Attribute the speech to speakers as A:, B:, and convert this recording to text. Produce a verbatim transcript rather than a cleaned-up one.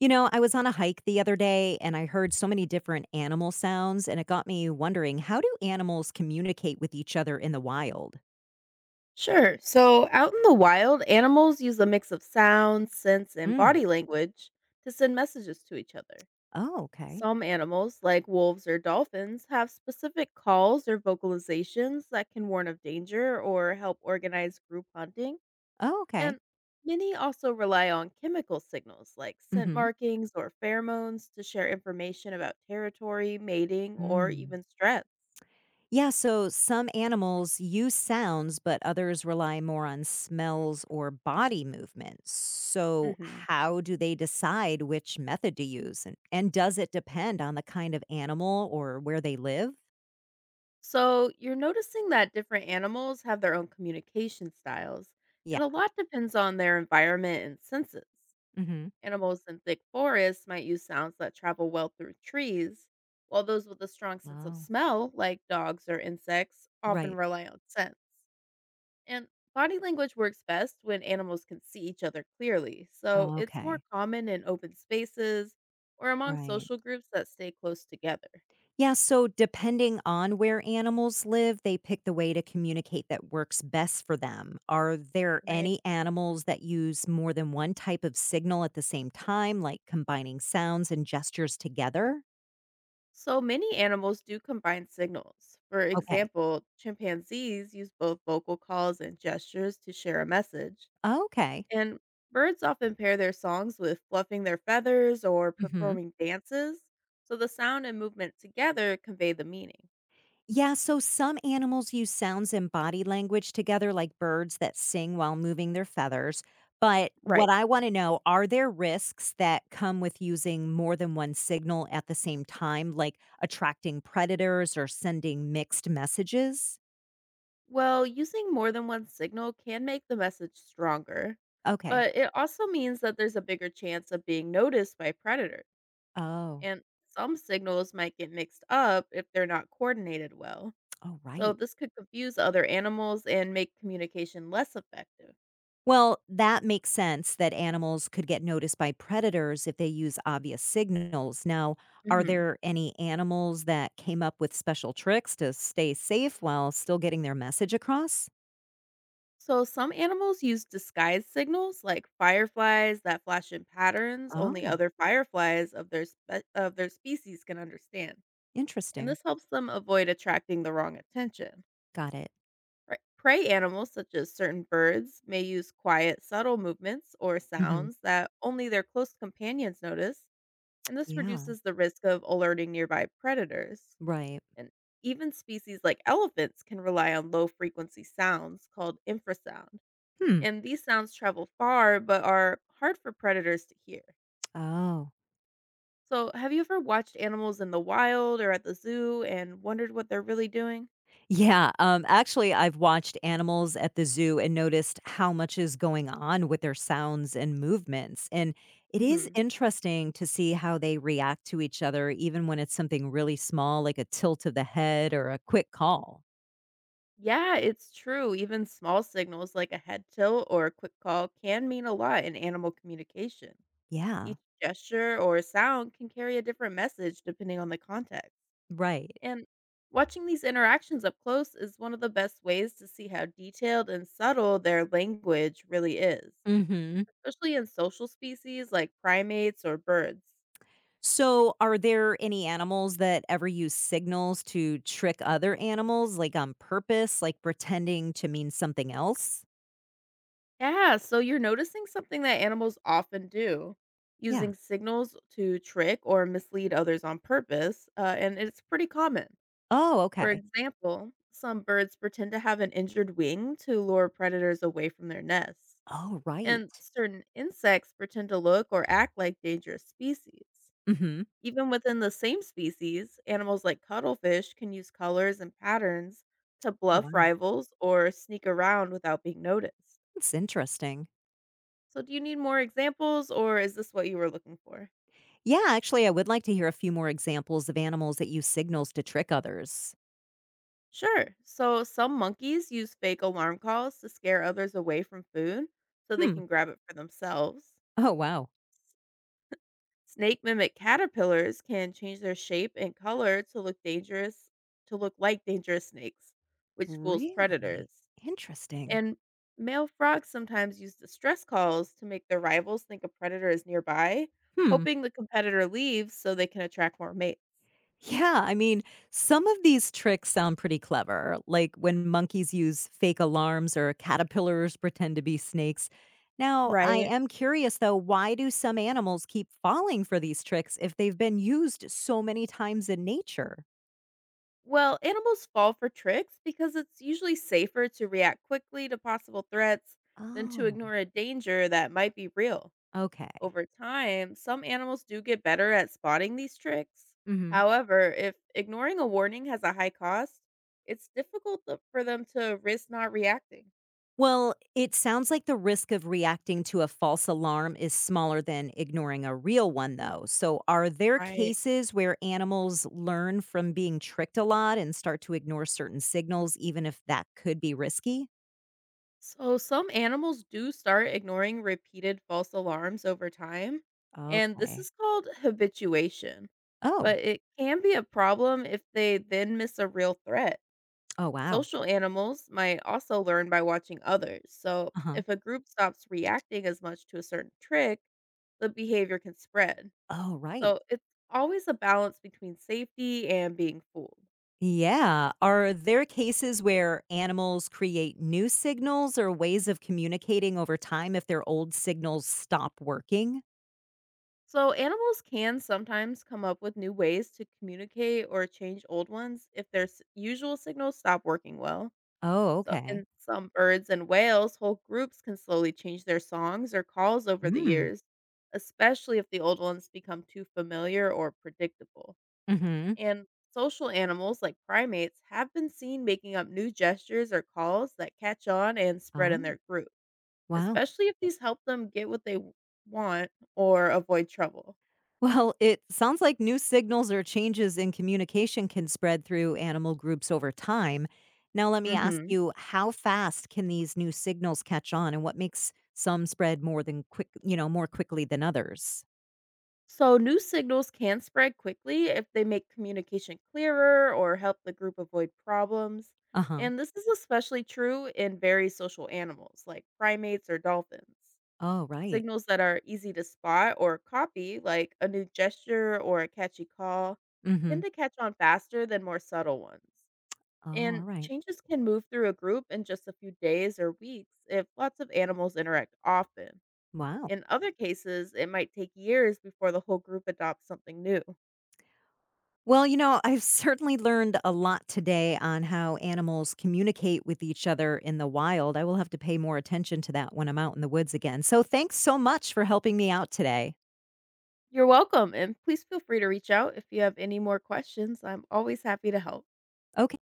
A: You know, I was on a hike the other day and I heard so many different animal sounds, and it got me wondering, how do animals communicate with each other in the wild?
B: Sure. So, out in the wild, animals use a mix of sound, sense, and
A: Mm.
B: body language to send messages to each other.
A: Oh, okay.
B: Some animals, like wolves or dolphins, have specific calls or vocalizations that can warn of danger or help organize group hunting.
A: Oh, okay.
B: And many also rely on chemical signals like scent
A: Hmm.
B: markings or pheromones to share information about territory, mating, or
A: Mm.
B: even stress.
A: Yeah, so some animals use sounds, but others rely more on smells or body movements. So,
B: hmm
A: how do they decide which method to use? And, and does it depend on the kind of animal or where they live?
B: So, you're noticing that different animals have their own communication styles, and
A: Yeah.
B: a lot depends on their environment and senses.
A: Hmm.
B: Animals in thick forests might use sounds that travel well through trees, while those with a strong sense of
A: Oh,
B: smell, like dogs or insects, often
A: right.
B: rely on scents. And body language works best when animals can see each other clearly, so
A: Oh,
B: it's more
A: okay.
B: common in open spaces or among
A: Right.
B: social groups that stay close together.
A: Yeah, so depending on where animals live, they pick the way to communicate that works best for them. Are there
B: Right.
A: any animals that use more than one type of signal at the same time, like combining sounds and gestures together?
B: So many animals do combine signals. For
A: Okay.
B: example, chimpanzees use both vocal calls and gestures to share a message.
A: Okay.
B: And birds often pair their songs with fluffing their feathers or
A: Mhm.
B: performing dances, so the sound and movement together convey the meaning.
A: Yeah, so some animals use sounds and body language together, like birds that sing while moving their feathers. But what
B: Right.
A: I want to know, are there risks that come with using more than one signal at the same time, like attracting predators or sending mixed messages?
B: Well, using more than one signal can make the message stronger,
A: Okay.
B: but it also means that there's a bigger chance of being noticed by predators.
A: Oh,
B: And some signals might get mixed up if they're not coordinated well.
A: oh,
B: So
A: right.
B: this could confuse other animals and make communication less effective.
A: Well, that makes sense that animals could get noticed by predators if they use obvious signals. Now, are
B: Mhm.
A: there any animals that came up with special tricks to stay safe while still getting their message across?
B: So some animals use disguise signals like fireflies that flash in patterns only
A: Oh,
B: other fireflies of their spe- of their species can understand. And
A: interesting.
B: this helps them avoid attracting the wrong attention.
A: Got it.
B: Pre- Prey animals such as certain birds may use quiet, subtle movements or
A: Hmm.
B: sounds that only their close companions notice, and this
A: Yeah,
B: reduces the risk of alerting nearby predators.
A: right.
B: And even species like elephants can rely on low frequency sounds called infrasound.
A: Hmm.
B: And these sounds travel far but are hard for predators to hear.
A: Oh.
B: So, have you ever watched animals in the wild or at the zoo and wondered what they're really doing?
A: Yeah, um, actually, I've watched animals at the zoo and noticed how much is going on with their sounds and movements. And it is
B: hmm
A: interesting to see how they react to each other, even when it's something really small, like a tilt of the head or a quick call.
B: Yeah, it's true. Even small signals like a head tilt or a quick call can mean a lot in animal communication.
A: Yeah,
B: Each gesture or sound can carry a different message depending on the context.
A: right.
B: And watching these interactions up close is one of the best ways to see how detailed and subtle their language really is,
A: Hmm.
B: especially in social species like primates or birds.
A: So, are there any animals that ever use signals to trick other animals, like on purpose, like pretending to mean something else?
B: Yeah, so you're noticing something that animals often do
A: Yeah.
B: using signals to trick or mislead others on purpose, uh, and it's pretty common.
A: Oh,
B: For
A: okay.
B: example, some birds pretend to have an injured wing to lure predators away from their nests.
A: Oh, right.
B: And certain insects pretend to look or act like dangerous species.
A: Hmm.
B: Even within the same species, animals like cuttlefish can use colors and patterns to
A: Oh,
B: bluff
A: wow.
B: rivals or sneak around without being noticed.
A: That's interesting.
B: So, do you need more examples or is this what you were looking for?
A: Yeah, actually, I would like to hear a few more examples of animals that use signals to trick others.
B: Sure. So, some monkeys use fake alarm calls to scare others away from food so they
A: Hmm.
B: can grab it for themselves.
A: Oh, wow.
B: Snake mimic caterpillars can change their shape and color to look dangerous, to look like dangerous snakes, which fools
A: Really?
B: predators.
A: Interesting.
B: And male frogs sometimes use distress calls to make their rivals think a predator is nearby,
A: Hmm.
B: hoping the competitor leaves so they can attract more mates.
A: Yeah, I mean, some of these tricks sound pretty clever, like when monkeys use fake alarms or caterpillars pretend to be snakes. Now, I
B: Right.
A: am curious though, why do some animals keep falling for these tricks if they've been used so many times in nature?
B: Well, animals fall for tricks because it's usually safer to react quickly to possible threats than to
A: Oh,
B: ignore a danger that might be real.
A: okay.
B: Over time, some animals do get better at spotting these tricks.
A: Mhm.
B: However, if ignoring a warning has a high cost, it's difficult th- for them to risk not reacting.
A: Well, it sounds like the risk of reacting to a false alarm is smaller than ignoring a real one, though. So, are there
B: Right.
A: cases where animals learn from being tricked a lot and start to ignore certain signals, even if that could be risky?
B: So, some animals do start ignoring repeated false alarms over time, and this
A: Okay.
B: is called habituation.
A: Oh,
B: But it can be a problem if they then miss a real threat.
A: oh, wow.
B: Social animals might also learn by watching others. So,
A: Uh huh.
B: if a group stops reacting as much to a certain trick, the behavior can spread.
A: Oh, right.
B: So, it's always a balance between safety and being fooled.
A: Yeah. Are there cases where animals create new signals or ways of communicating over time if their old signals stop working?
B: So, animals can sometimes come up with new ways to communicate or change old ones if their s- usual signals stop working well.
A: Oh,
B: So
A: okay.
B: in some birds and whales, whole groups can slowly change their songs or calls over the
A: Mm.
B: years, especially if the old ones become too familiar or predictable.
A: Hmm.
B: And social animals like primates have been seen making up new gestures or calls that catch on and spread in
A: Oh,
B: their group,
A: wow.
B: especially if these help them get what they w- want or avoid trouble.
A: Well, it sounds like new signals or changes in communication can spread through animal groups over time. Now, let me ask
B: Mhm.
A: you, how fast can these new signals catch on, and what makes some spread more than quick, you know, more quickly than others?
B: So, new signals can spread quickly if they make communication clearer or help the group avoid problems.
A: Uh huh.
B: And this is especially true in very social animals like primates or dolphins.
A: Oh, right.
B: Signals that are easy to spot or copy, like a new gesture or a catchy call,
A: Mm hmm.
B: tend to catch on faster than more subtle ones.
A: Oh, all
B: And
A: right.
B: changes can move through a group in just a few days or weeks if lots of animals interact often.
A: Wow.
B: In other cases, it might take years before the whole group adopts something new.
A: Well, you know, I've certainly learned a lot today on how animals communicate with each other in the wild. I will have to pay more attention to that when I'm out in the woods again. So, thanks so much for helping me out today.
B: You're welcome, and please feel free to reach out if you have any more questions. I'm always happy to help.
A: Okay.